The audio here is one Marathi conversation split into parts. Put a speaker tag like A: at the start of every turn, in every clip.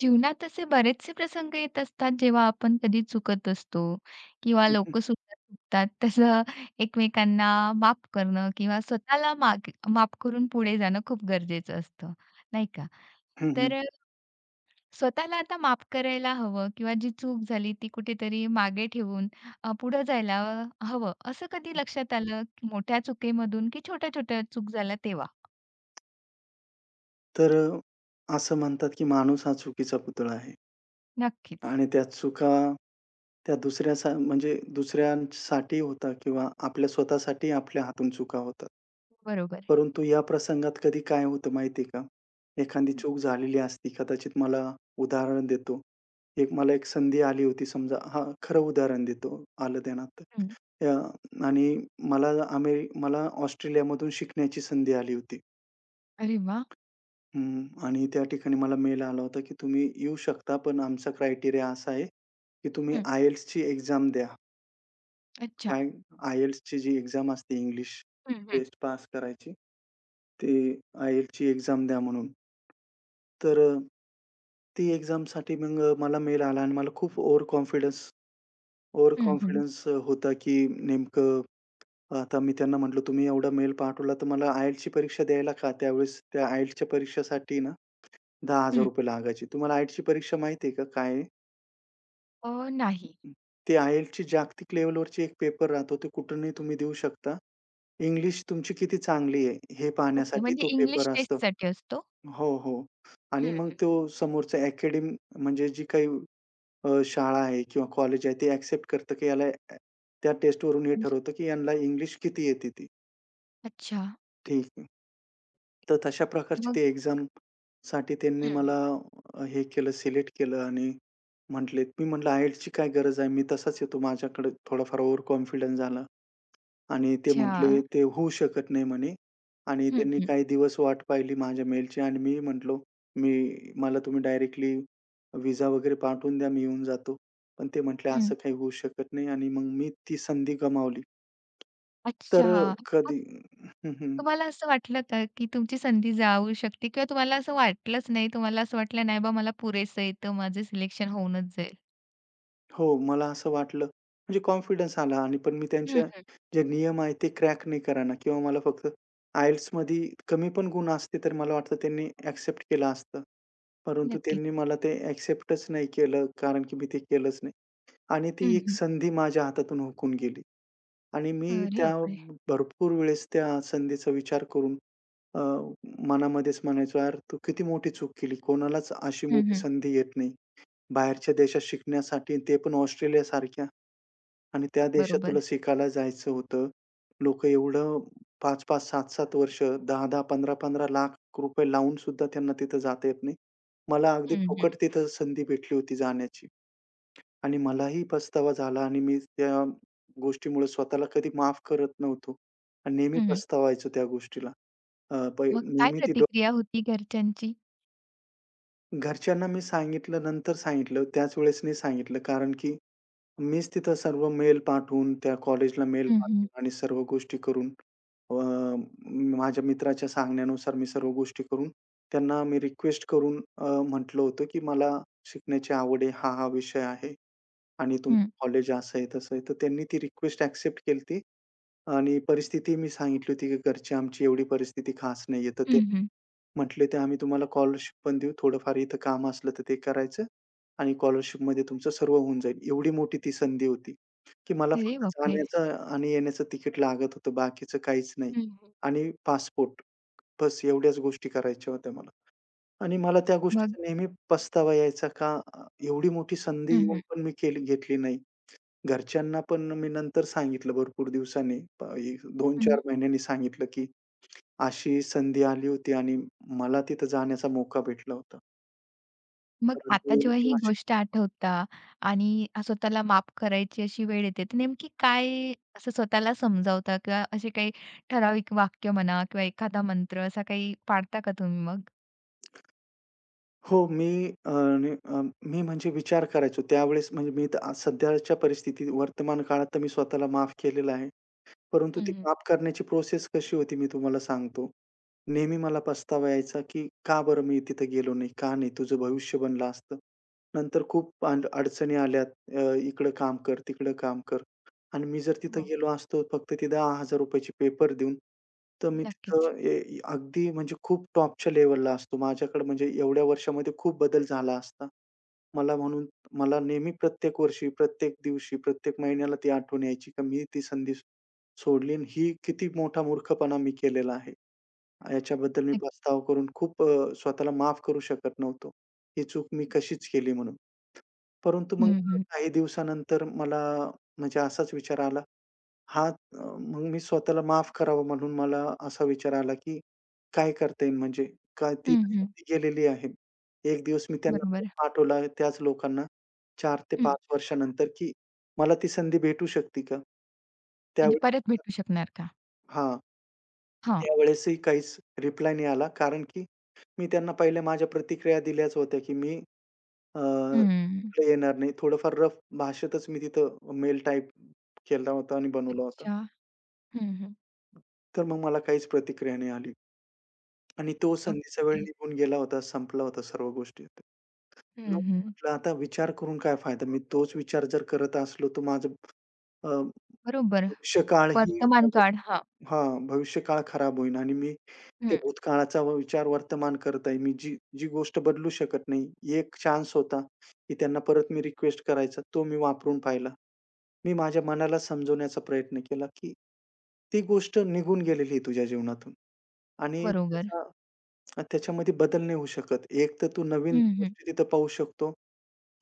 A: जीवनात असे बरेचसे प्रसंग येत असतात, जेव्हा आपण कधी चुकत असतो किंवा
B: हं, हं.
A: लोकंसुद्धा चुकतात. तसं एकमेकांना माफ करणं किंवा स्वतःला माफ करून पुढे जाणं खूप गरजेचं असतं, नाही का? तर
B: हं,
A: स्वतःला आता माफ करायला हवं किंवा जी चूक झाली ती कुठेतरी मागे ठेवून पुढं जायला हवं, असं कधी लक्षात आलं की मोठ्या चुकीमधून की छोट्या-छोट्या चूक झाल्या तेव्हा?
B: तर अ, असं म्हणतात, की माणूस हा चुकीचा पुतळा आहे
A: नक्कीच.
B: आणि त्या चुका त्या दुसऱ्यासा म्हणजे दुसऱ्यांसाठी होतात किंवा आपल्या स्वतःसाठी आपल्या हातून चुका होतात.
A: बरोबर.
B: परंतु या प्रसंगात कधी काय होतं माहिती आहे का? एखादी चूक झालेली असती. कदाचित मला उदाहरण देतो. एक संधी आली होती समजा हां, खरं उदाहरण देतो. आलं ध्यानात.
A: हं.
B: अ, आणि मला अमेरि मला ऑस्ट्रेलियामधून शिकण्याची संधी आली होती.
A: अरे वाह!
B: हं. आणि त्या ठिकाणी मला मेल आला होता, की तुम्ही येऊ शकता, पण आमचा क्रायटेरिया असा आहे, की तुम्ही
A: हं.
B: आयएल्सची एक्झाम द्या.
A: अच्छा.
B: काय आयएल्सची जी एक्झाम असते, इंग्लिश
A: हं, हं.
B: टेस्ट पास करायची, ती आयएल्सची एक्झाम द्या म्हणून. तर अ, ती एक्झामसाठी मला मेल आला आणि मला खूप ओव्हर कॉन्फिडन्स ओव्हर
A: हं, हं.
B: कॉन्फिडन्स होता, की नेमकं आता मी त्यांना म्हटलं, "तुम्ही एवढा मेल पाठवला, तर मला आयएल्सची परीक्षा द्यायला का?" त्यावेळेस त्या आयएल्सच्या परीक्षेसाठी ना
A: हं.
B: ₹10,000 लागायचे. तुम्हाला आयएल्सची परीक्षा माहिती आहे का काय आहे?
A: नाही.
B: ते आयएलची जागतिक लेव्हलवरची एक पेपर राहतो. ते कुठूनही तुम्ही देऊ शकता. इंग्लिश तुमची किती चांगली आहे, हे
A: ओके.
B: पाहण्यासाठी
A: म्हणजे
B: तो पेपर
A: इंग्लिश
B: असतो.
A: टेस्टसाठी असतो?
B: हो, हो. आणि
A: हं,
B: मग
A: हं.
B: तो समोरचा अकॅडमी म्हणजे जी काही शाळा आहे किंवा कॉलेज आहे, ते एक्सेप्ट करतं, की याला अ, त्या टेस्टवरून हे
A: म्हणजे
B: ठरवतं, की यांना इंग्लिश किती येते ती.
A: अच्छा.
B: ठीक आहे. तर तशा प्रकारची
A: मग.
B: ती एक्झामसाठी त्यांनी
A: हं,
B: मला
A: हं.
B: हे केलं, सिलेक्ट केलं आणि मी म्हटलं, "आयएलची काय गरज आहे? मी तसाच येतो." माझ्याकडे थोडाफार ओव्हर कॉन्फिडन्स झाला. आणि ते म्हटले,
A: अच्छा.
B: "ते होऊ शकत नाही" म्हणे. आणि
A: हं,
B: त्यांनी
A: हं.
B: काही दिवस वाट पाहिली माझ्या मेलची आणि मी म्हटलो, मला तुम्ही डायरेक्टली व्हिसा वगैरे पाठवून द्या, मी येऊन जातो." पण ते म्हटले,
A: हं.
B: "असं काही होऊ शकत नाही" आणि मग मी ती संधी गमावली. तर
A: अच्छा.
B: अ,
A: मग
B: कधी हं, हं.
A: तुम्हाला असं वाटलं का, की तुमची संधी जाऊ शकते किंवा तुम्हाला असं वाटलंच नाही, तुम्हाला असं वाटलं नाही बा मला पुरेसं येतं, माझं सिलेक्शन होऊनच जाईल?
B: हो, मला असं वाटलं म्हणजे कॉन्फिडन्स आला आणि पण मी त्यांच्या
A: हं, हं.
B: जे नियम आहेत ते क्रॅक नाही कराना, किंवा मला फक्त IELTSमध्ये कमी पण गुण असते, तर मला वाटतं त्यांनी एक्सेप्ट केलं असतं. परंतु
A: नक्कीच.
B: त्यांनी मला ते एक्सेप्टच नाही केलं, कारण की मी ते केलंच नाही आणि ती
A: हं,
B: एक
A: हं.
B: संधी माझ्या हातातून हुकून गेली आणि मी
A: अरे
B: त्या
A: बापरे!
B: भरपूर वेळेस त्या संधीचा विचार करून अ, मनामध्येच म्हणायचो, "यार, तू किती मोठी चूक केली. कोणालाच अशी
A: हं,
B: मोठी
A: हं.
B: संधी येत नाही." बाहेरच्या देशात शिकण्यासाठी ते पण ऑस्ट्रेलियासारख्या आणि त्या देशात तुला
A: बरोबर.
B: शिकायला जायचं होतं. लोक एवढं पाच 5 7-7 वर्ष, 10-10, 15-15 लाख रुपये लावून सुद्धा त्यांना तिथं जाता येत नाही. मला अगदी
A: हं, हं.
B: फुकट तिथं संधी भेटली होती जाण्याची आणि मलाही पछतावा झाला आणि मी त्या गोष्टीमुळे स्वतःला कधी माफ करत नव्हतो आणि नेहमी
A: हं.
B: पछतावायचो त्या गोष्टीला. अ, पै
A: मग काय
B: नेहमी ती डो
A: प्रतिक्रिया होती घरच्यांची?
B: घरच्यांना मी सांगितलं, नंतर सांगितलं. त्याच वेळेस नाही सांगितलं कारण की मीच तिथं सर्व मेल पाठवून, त्या कॉलेजला मेल
A: हं, हं.
B: पाठवून आणि सर्व गोष्टी करून अ, माझ्या मित्राच्या सांगण्यानुसार मी सर्व गोष्टी करून त्यांना मी रिक्वेस्ट करून म्हटलं होतं, की मला शिकण्याची आवड आहे, हा विषय आहे आणि
A: हं.
B: तुमचं कॉलेज असं आहे, तसं आहे. तर त्यांनी ती रिक्वेस्ट एक्सेप्ट केली आणि परिस्थिती मी सांगितली होती, की घरची आमची एवढी परिस्थिती खास नाहीये. तर ते
A: हं, हं.
B: म्हटले ते आम्ही तुम्हाला स्कॉलरशिप पण देऊ. थोडंफार इथं काम असलं तर ते करायचं आणि स्कॉलरशिपमध्ये तुमचं सर्व होऊन जाईल. एवढी मोठी ती संधी होती, की मला
A: अरे
B: फक्त
A: बापरे!
B: जाण्याचं आणि येण्याचं तिकीट लागत होतं. बाकीचं काहीच नाही
A: हं, हं.
B: आणि पासपोर्ट, बस एवढ्याच गोष्टी करायच्या होत्या मला. आणि मला त्या
A: मग?
B: गोष्टीचा नेहमी पस्तावा यायचा का एवढी मोठी संधी
A: हं,
B: येऊन
A: हं.
B: पण मी घेतली नाही. घरच्यांना पण मी नंतर सांगितलं भरपूर दिवसांनी. 2-4 महिन्यांनी सांगितलं, की अशी संधी आली होती आणि मला तिथं जाण्याचा मोका भेटला होता. हं.
A: मग
B: परंतु
A: आता जेव्हा
B: मी
A: ही
B: अशी
A: गोष्ट आठवता आणि स्वतःला माफ करायची अशी वेळ येते, तर नेमकी काय असं स्वतःला समजावता किंवा असे काही ठराविक वाक्य म्हणा किंवा एखादा मंत्र असा काही पाळता का तुम्ही मग?
B: हो, मी अ, नि अ, मी म्हणजे विचार करायचो त्यावेळेस म्हणजे मी तर आज सध्याच्या परिस्थितीत वर्तमान काळात तर मी स्वतःला माफ केलेलं आहे. परंतु
A: हं,
B: ती
A: हं.
B: माफ करण्याची प्रोसेस कशी होती मी तुम्हाला सांगतो. नेहमी मला पस्तावा यायचा, की का बरं मी तिथं गेलो नाही? का नाही? तुझं भविष्य बनलं असतं. नंतर खूप अडचणी आल्यात. अ, इकडं काम कर, तिकडं काम कर आणि मी जर तिथं
A: हो.
B: गेलो असतो फक्त ते ₹10,000 चे पेपर देऊन, तर मी
A: नक्कीच.
B: तिथं अगदी म्हणजे खूप टॉपच्या लेव्हलला असतो. माझ्याकडे म्हणजे एवढ्या वर्षामध्ये खूप बदल झाला असता. मला म्हणून मला नेहमी प्रत्येक वर्षी, प्रत्येक दिवशी, प्रत्येक महिन्याला ती आठवण यायची, का मी ती संधी सोडली आणि ही किती मोठा मूर्खपणा मी केलेला आहे. याच्याबद्दल मी
A: नक्क
B: पस्ताव करून खूप, स्वतःला माफ करू शकत नव्हतो. ही चूक मी कशीच केली म्हणून. परंतु मग
A: हं, हं.
B: काही दिवसानंतर मला म्हणजे असाच विचार आला, हा अ, मग मी स्वतःला माफ करावं म्हणून मला असा विचार आला, की काय करता येईल म्हणजे ती
A: हं,
B: तर
A: हं.
B: संधी गेलेली आहे. एक दिवस मी त्यांना मेल
A: बरोबर.
B: पाठवला त्याच लोकांना 4 ते
A: हं.
B: 5 वर्षानंतर, की मला ती संधी भेटू शकते का?
A: म्हणजे
B: त्यावेळेस
A: परत भेटू शकणार का?
B: हां.
A: हां.
B: त्यावेळेसही काहीच रिप्लाय नाही आला. कारण की मी त्यांना पहिल्या माझ्या प्रतिक्रिया दिल्याच होत्या, की मी अ,
A: हं.
B: तिकडे येणार नाही. थोडंफार रफ भाषेतच मी तिथं मेल टाइप केला होता आणि बनवला होता.
A: अच्छा. हं, हं.
B: तर मग मला काहीच प्रतिक्रिया नाही आली आणि तो संधीचा वेळ
A: ओके.
B: निघून गेला होता, संपला होता सर्व गोष्टी. मग मी
A: हं, हं.
B: म्हटलं, "आता विचार करून काय फायदा? मी तोच विचार जर करत असलो, तर माझं
A: बरोबर.
B: भविष्यकाळ ही
A: वर्तमान
B: माझा
A: काळ. हां.
B: हां, भविष्यकाळ खराब होईल आणि मी ते
A: हं.
B: भूतकाळाचा विचार वर्तमान करत आहे. मी जी जी गोष्ट बदलू शकत नाही. एक चान्स होता, की त्यांना परत मी रिक्वेस्ट करायचा. तो मी वापरून पाहिला. मी माझ्या मनाला समजवण्याचा प्रयत्न केला, की ती गोष्ट निघून गेलेली आहे तुझ्या जीवनातून आणि
A: बरोबर.
B: त्याच्यामध्ये बदल नाही होऊ शकत. एक तर तू नवीन
A: हं.
B: गोष्टी तिथं पाहू शकतो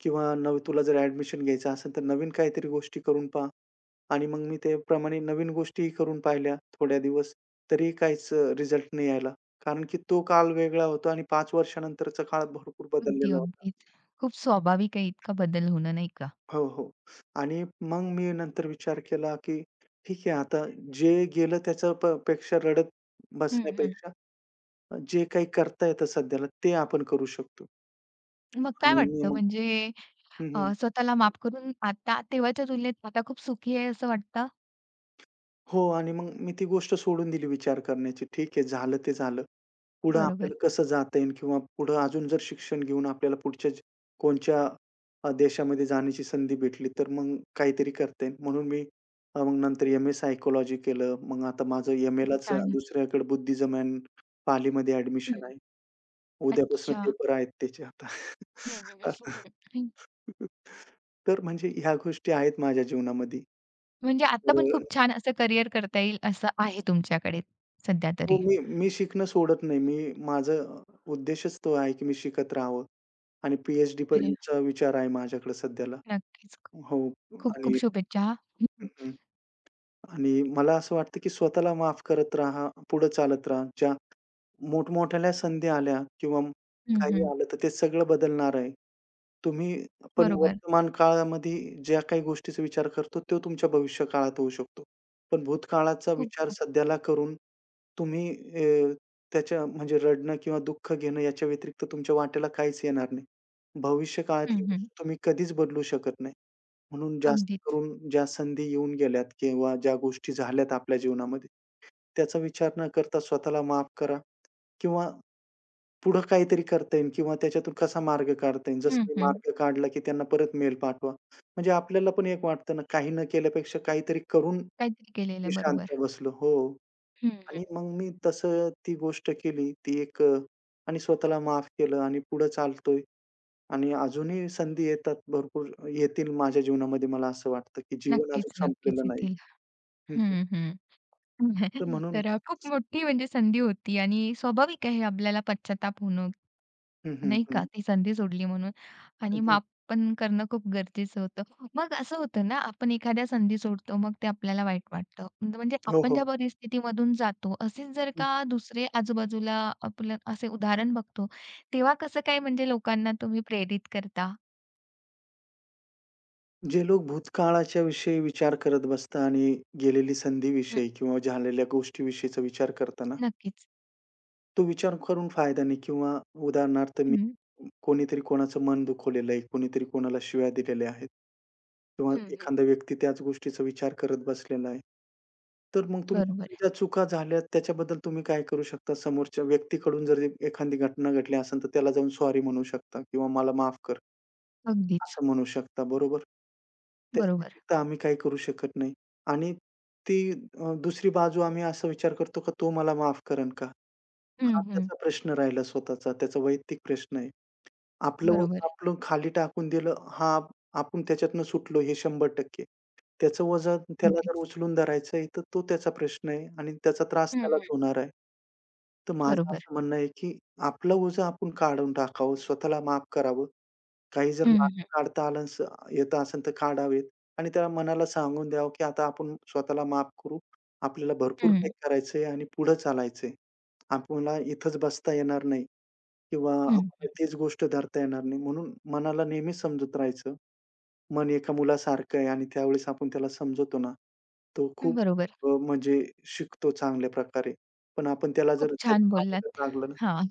B: किंवा नवी तुला जर ॲडमिशन घ्यायचं असेल, तर नवीन काहीतरी गोष्टी करून पहा. आणि मग मी ते त्याप्रमाणे नवीन गोष्टी करून पाहिल्या थोड्या दिवस, तरीही काहीच रिझल्ट नाही आला. कारण की तो काळ वेगळा होता आणि 5 वर्षानंतरचा काळ भरपूर
A: अगदी,
B: बदललेला होता.
A: अगदीच. खूप स्वाभाविक आहे इतका बदल होणं, नाही का?
B: हो, हो. आणि मग मी नंतर विचार केला, की ठीक आहे आता जे गेलं त्याच्या पेक्षा रडत
A: हं, हं.
B: बसण्यापेक्षा जे काही करता येतं सध्याला ते आपण करू शकतो.
A: मग
B: आणि
A: काय
B: मी
A: वाटतं
B: मग
A: म्हणजे
B: हं, हं.
A: स्वतःला माफ करून आता तेव्हाच्या तुलनेत आता खूप सुखी आहे असं वाटतं?
B: हो आणि मग मी ती गोष्ट सोडून दिली विचार करण्याची. ठीक आहे, झालं ते झालं. पुढं
A: बरोबर.
B: आपल्याला कसं जाता येईल किंवा पुढं अजून जर शिक्षण घेऊन आपल्याला कोणत्या देशामध्ये जाण्याची संधी भेटली तर मग काहीतरी करता येईल म्हणून मी अ, मग नंतर M A सायकोलॉजी केलं, मग आता माझं एम
A: खूप
B: लाच
A: छान.
B: दुसऱ्याकडे बुद्धिझम अँड पालीमध्ये
A: हं.
B: ऍडमिशन आहे. उद्यापासून
A: अच्छा.
B: पेपर आहेत त्याचे आता.
A: हं, हं. हं.
B: तर म्हणजे ह्या गोष्टी आहेत माझ्या जीवनामध्ये.
A: म्हणजे आता पण खूप
B: तर
A: छान असं करिअर करता येईल असं आहे तुमच्याकडे सध्या
B: हो,
A: तरी.
B: मी मी शिकणं सोडत नाही. माझं उद्देशच तो आहे, की मी शिकत राहावं आणि PhD
A: अरे
B: पर्यंतचा विचार आहे माझ्याकडे सध्याला.
A: नक्कीच.
B: हो
A: खूप-खूप
B: आणि
A: शुभेच्छा हां.
B: हं,
A: हं.
B: हं. आणि मला असं वाटतं, की स्वतःला माफ करत राहा, पुढे चालत राहा. ज्या मोठमोठ्या संधी आल्या किंवा काही
A: हं,
B: आलं, तर ते सगळं बदलणार आहे. तुम्ही पण
A: बरोबर.
B: वर्तमान काळामध्ये ज्या काही गोष्टीचा विचार करतो, तो तुमच्या भविष्य काळात होऊ शकतो. पण भूतकाळाचा विचार
A: खूप-खूप.
B: सध्याला करून तुम्ही अ, त्याच्या म्हणजे रडणं किंवा दुःख घेणं याच्या व्यतिरिक्त तुमच्या वाट्याला काहीच येणार नाही. भविष्य
A: हं,
B: काळातली गोष्ट
A: हं.
B: तुम्ही कधीच बदलू शकत नाही. म्हणून जास्त
A: अगदीच.
B: करून ज्या संधी येऊन गेल्यात किंवा ज्या गोष्टी झाल्यात आपल्या जीवनामध्ये, त्याचा विचार न करता स्वतःला माफ करा किंवा पुढं काहीतरी करता येईल किंवा त्याच्यातून कसा मार्ग काढता येईल.
A: हं,
B: जसं मी
A: हं.
B: मार्ग काढला, की त्यांना परत मेल पाठवा. म्हणजे आपल्याला पण एक वाटतं ना, काही न केल्यापेक्षा काहीतरी करून
A: काहीतरी
B: मी
A: केलेलं
B: शांत
A: बरोबर.
B: बसलो. हो.
A: हं,
B: आणि
A: हं.
B: मग मी तसं ती गोष्ट केली. आणि स्वतःला माफ केलं आणि पुढे चालतोय. आणि अजूनही संधी येतात भरपूर, येतील माझ्या जीवनामध्ये. मला असं वाटतं, की जीवन अजून
A: नक्कीच, नक्कीच
B: संपलेलं नाही.
A: येतील.
B: हं, हं.
A: हं, हं.
B: तर म्हणून
A: तर खूप मोठी म्हणजे संधी होती आणि स्वाभाविक आहे आपल्याला पश्चात्ताप होणं,
B: हं, हं,
A: नाही का?
B: हं.
A: ती संधी सोडली म्हणून
B: हं,
A: आणि
B: हं.
A: माफ पण करणं खूप गरजेचं होतं. मग असं होतं ना, आपण एखाद्या संधी सोडतो, मग ते आपल्याला वाईट वाटतं. म्हणजे म्हणजे
B: हो,
A: आपण
B: हो.
A: ज्या परिस्थितीमधून जातो, असेच जर
B: हं.
A: का दुसरे आजूबाजूला आपलं असे उदाहरण बघतो, तेव्हा कसं काय म्हणजे लोकांना तुम्ही प्रेरित करता?
B: जे लोक भूतकाळाच्या विषयी विचार करत बसता आणि गेलेली
A: हं.
B: संधीविषयी किंवा झालेल्या गोष्टीविषयीचा विचार करताना,
A: नक्कीच.
B: तो विचार करून फायदा नाही किंवा उदाहरणार्थ
A: हं.
B: कोणीतरी कोणाचं मन दुखवलेलं आहे, कोणीतरी कोणाला शिव्या दिलेल्या आहेत किंवा
A: हं, हं.
B: एखादा व्यक्ती त्याच गोष्टीचा विचार करत बसलेला आहे. तर मग तुमच्याकडून
A: बरोबर.
B: ज्या चुका झाल्या त्याच्याबद्दल तुम्ही काय करू शकता? समोरच्या व्यक्तीकडून जर एखादी घटना घडली असेल, तर त्याला जाऊन सॉरी म्हणू शकता किंवा "मला माफ कर"
A: अगदीच.
B: असं म्हणू शकता, बरोबर? त्याच्या
A: बरोबर.
B: व्यतिरिक्त आम्ही काही करू शकत नाही. आणि ती दुसरी बाजू आम्ही असा विचार करतो, का "तो मला माफ करेल का?"
A: हं,
B: हा
A: हं.
B: त्याचा प्रश्न राहिला स्वतःचा, त्याचा वैयक्तिक प्रश्न आहे. आपलं वजन
A: बरोबर.
B: आपण खाली टाकून दिलं, हां, आपण त्याच्यातनं सुटलो हे 100%. त्याचं वजन त्याला जर
A: अगदीच.
B: उचलून धरायचं आहे, तर तो त्याचा प्रश्न आहे आणि त्याचा त्रास
A: हं,
B: त्यालाच
A: हं.
B: होणार आहे. तर माझं
A: बरोबर.
B: असं म्हणणं आहे, की आपलं ओझं आपण काढून टाकावं, स्वतःला माफ करावं. काही जर
A: हं, हं,
B: मार्ग
A: हं.
B: काढता आलं स येत असेल तर काढावेत आणि त्या मनाला सांगून द्यावं, की आता आपण स्वतःला माफ करू. आपल्याला भरपूर
A: हं,
B: काही करायचंय आणि पुढे चालायचंय. आपल्याला इथंच बसता येणार नाही. किंवा
A: हं.
B: आम्हाला तीच गोष्ट धरता येणार नाही. म्हणून मनाला नेहमी समजत राहायचं. मन एका मुलासारखं आहे आणि त्यावेळेस आपण त्याला समजवतो ना, तो खूप
A: बरोबर.
B: अ, म्हणजे शिकतो चांगल्या प्रकारे. पण आपण त्याला
A: खूप
B: जर त्याच्या
A: छान
B: मागे
A: बोललात.
B: जर लागलं ना
A: हां,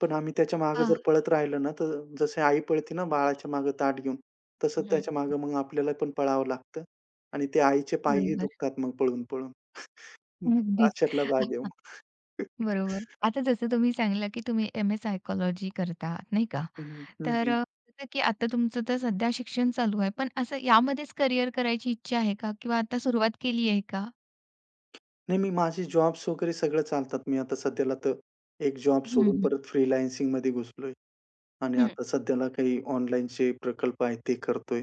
B: पण आम्ही त्याच्या मागे जर
A: हां.
B: पळत राहिलं ना, तर जसे आई पळते ना बाळाच्या मागे ताट घेऊन, तसं
A: हं.
B: त्याच्या मागे मग आपल्याला पण पळावं लागतं आणि ते आईचे पायही
A: बरोबर.
B: दुखतात मग पळून-पळून. हं,
A: अगदीच.
B: अशातला भाग आहे मग.
A: बरोबर. आता जसं तुम्ही सांगितलं, की तुम्ही एम-ए सायकॉलॉजी करता, नाही का?
B: हं,
A: तर
B: हं.
A: जसं की आता तुमचं तर सध्या शिक्षण चालू आहे, पण असं यामध्येच करिअर करायची इच्छा आहे का? किंवा आता सुरुवात केली आहे का?
B: नाही, मी माझे जॉब्स वगैरे सगळं चालतात. मी आता सध्याला तर एक जॉब
A: हं,
B: सोडून
A: हं.
B: परत फ्रीलान्सिंगमध्ये घुसलोय आणि
A: हं.
B: आता सध्याला काही ऑनलाईनचे प्रकल्प आहेत ते करतोय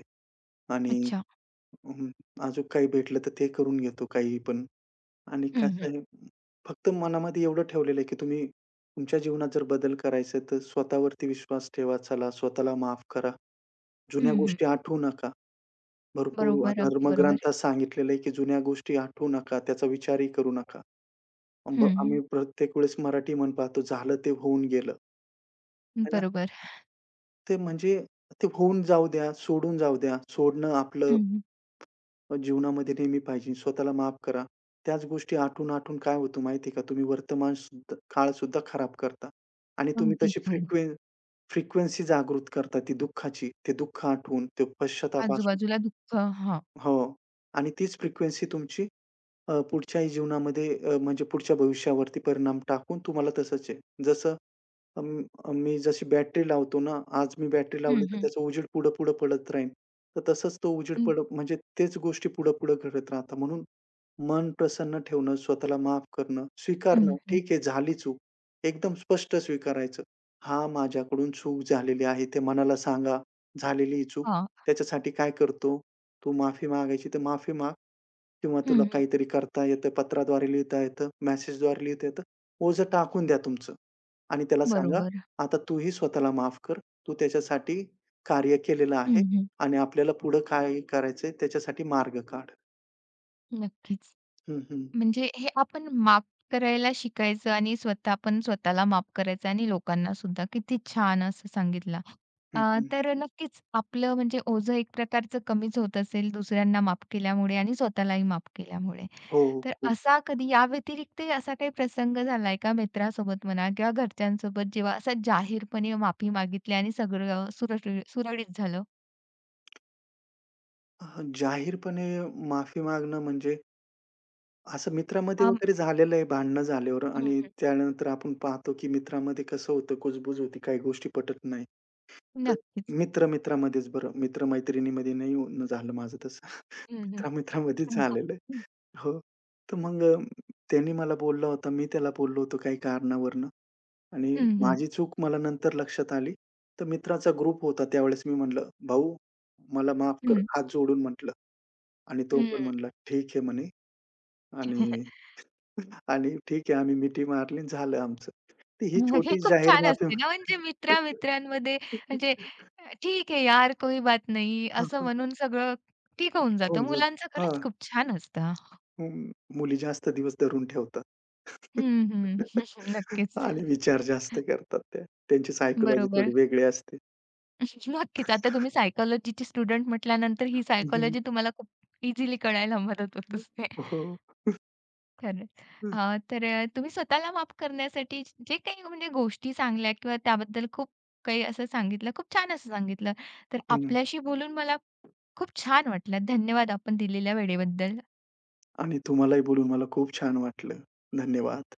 B: आणि
A: अच्छा.
B: अं, अजून काही भेटलं तर ते करून घेतो काही पण. आणि
A: हं, हं.
B: कसं आहे, फक्त मनामध्ये एवढं ठेवलेलं आहे, की तुम्ही तुमच्या जीवनात जर बदल करायचा तर स्वतःवरती विश्वास ठेवा. चला, स्वतःला माफ करा. जुन्या
A: हं, हं.
B: गोष्टी आठवू नका. भरपूर
A: बरोबर, अगदी बरोबर.
B: धर्मग्रंथात सांगितलेलं आहे, की जुन्या गोष्टी आठवू नका, त्याचा विचारही करू नका.
A: हं, हं.
B: आम्ही प्रत्येक वेळेस मराठी म्हण पाहतो, झालं ते होऊन गेलं, आहे ना.
A: बरोबर.
B: ते म्हणजे ते होऊन जाऊ द्या, सोडून जाऊ द्या. सोडणं आपलं
A: हं, हं.
B: जीवनामध्ये नेहमी पाहिजे. स्वतःला माफ करा. त्याच गोष्टी आठवून-आठवून काय होतं माहिती आहे का, तुम्ही वर्तमान सुद्धा काळसुद्धा खराब करता आणि तुम्ही तशी
A: अगदीच हो.
B: फ्रिक्वेन्सी जागृत करता ती दुःखाची. ते दुःख आठवून, ते पश्चाताप.
A: आजूबाजूला दुःख. हां.
B: हो. आणि तीच फ्रिक्वेन्सी तुमची पुढच्याही जीवनामध्ये, म्हणजे पुढच्या भविष्यावरती परिणाम टाकून तुम्हाला तसंच आहे. जसं मी जशी बॅटरी लावतो ना, आज मी बॅटरी लावली
A: हं,
B: तर
A: हं.
B: त्याचं उजेड पुढं-पुढं पडत राहील. तर तसंच तो उजेड
A: हं,
B: पड म्हणजे तेच गोष्टी पुढं-पुढं घडत राहतात. म्हणून मन प्रसन्न ठेवणं, स्वतःला माफ करणं,
A: हं,
B: स्वीकारणं,
A: हं.
B: ठीक आहे झाली चूक. एकदम स्पष्ट स्वीकारायचं. "हां, माझ्याकडून चूक झालेली आहे." ते मनाला सांगा, झालेली ही चूक.
A: हां.
B: त्याच्यासाठी काय करतो, तू माफी मागायची तर माफी माग किंवा तुला
A: हं, हं.
B: काहीतरी करता येतं, पत्राद्वारे लिहिता येतं, मेसेजद्वारे लिहिता येतं, ओझं टाकून द्या तुमचं. आणि त्याला सांगा,
A: बरोबर.
B: "आता तूही स्वतःला माफ कर. तू त्याच्यासाठी कार्य केलेलं
A: हं,
B: आहे
A: हं.
B: आणि आपल्याला पुढं काय करायचंय त्याच्यासाठी मार्ग काढ."
A: नक्कीच.
B: हं, हं.
A: म्हणजे हे आपण माफ करायला शिकायचं आणि स्वतः आपण स्वतःला माफ करायचं आणि लोकांना सुद्धा. किती छान असं सांगितलं. अ,
B: हं, हं.
A: तर नक्कीच आपलं म्हणजे ओझं एक प्रकारचं कमीच होत असेल दुसऱ्यांना माफ केल्यामुळे आणि स्वतःलाही माफ केल्यामुळे.
B: हो,
A: तर
B: खूप.
A: असा कधी या व्यतिरिक्त असा काही प्रसंग झालाय का मित्रासोबत म्हणा किंवा घरच्यांसोबत जेव्हा असं जाहीरपणे माफी मागितली आणि सगळं सुरळीत झालं?
B: हां, जाहीरपणे माफी मागणं म्हणजे असं मित्रामध्ये
A: आम
B: वगैरे झालेलं आहे भांडणं झाल्यावर आणि
A: हं.
B: त्यानंतर आपण पाहतो, की मित्रामध्ये कसं होतं, कुजबूज होती, काही गोष्टी पटत नाही. तर
A: नक्कीच.
B: मित्र-मित्रामध्येच बरं, मित्र-मैत्रिणीमध्ये नाही झालं माझं तसं.
A: हं, हं.
B: मित्र-मित्रामध्येच
A: हं, हं.
B: झालेलं आहे.
A: हं.
B: हो. तर त्यांनी मला बोलला होता. मी त्याला बोललो होतो काही कारणावरनं आणि
A: हं.
B: माझी चूक मला नंतर लक्षात आली. तर मित्राचा ग्रुप होता त्यावेळेस मी म्हटलं, "भाऊ मला माफ कर." हात जोडून म्हटलं आणि तो पण म्हटला, "ठीक आहे" म्हणे. आणि आणि ठीक आहे, आम्ही मिठी मारली आणि झालं आमचं. तर ही
A: मग हे
B: छोटी
A: खूप
B: जाहीर
A: छान
B: माफी.
A: असते ना, म्हणजे मित्र-मित्रांमध्ये म्हणजे ठीक है यार, कोई बात नहीं
B: हां,
A: असं
B: हां.
A: म्हणून सगळं ठीक होऊन जातं.
B: होऊन जातं.
A: मुलांचं खरंच खूप छान असतं हां.
B: हं, मुली जास्त दिवस धरून ठेवतात.
A: हं, हं. नक्कीच.
B: आणि विचार जास्त करतात त्या. त्यांची सायकॉलॉजी थोडी
A: बरोबर.
B: वेगळी असते.
A: नक्कीच. आता तुम्ही सायकॉलॉजीची स्टुडंट म्हटल्यानंतर ही
B: हं, हं.
A: सायकॉलॉजी तुम्हाला खूप इझिली कळायला मदत होत असते.
B: हो.
A: खरंच. तर तुम्ही स्वतःला माफ करण्यासाठी जे काही म्हणजे गोष्टी सांगल्या किंवा त्याबद्दल खूप काही असं सांगितलं, खूप छान असं सांगितलं. तर
B: हं.
A: आपल्याशी बोलून मला खूप छान वाटलं. धन्यवाद आपण दिलेल्या वेळेबद्दल.
B: आणि तुम्हालाही बोलून मला खूप छान वाटलं. धन्यवाद.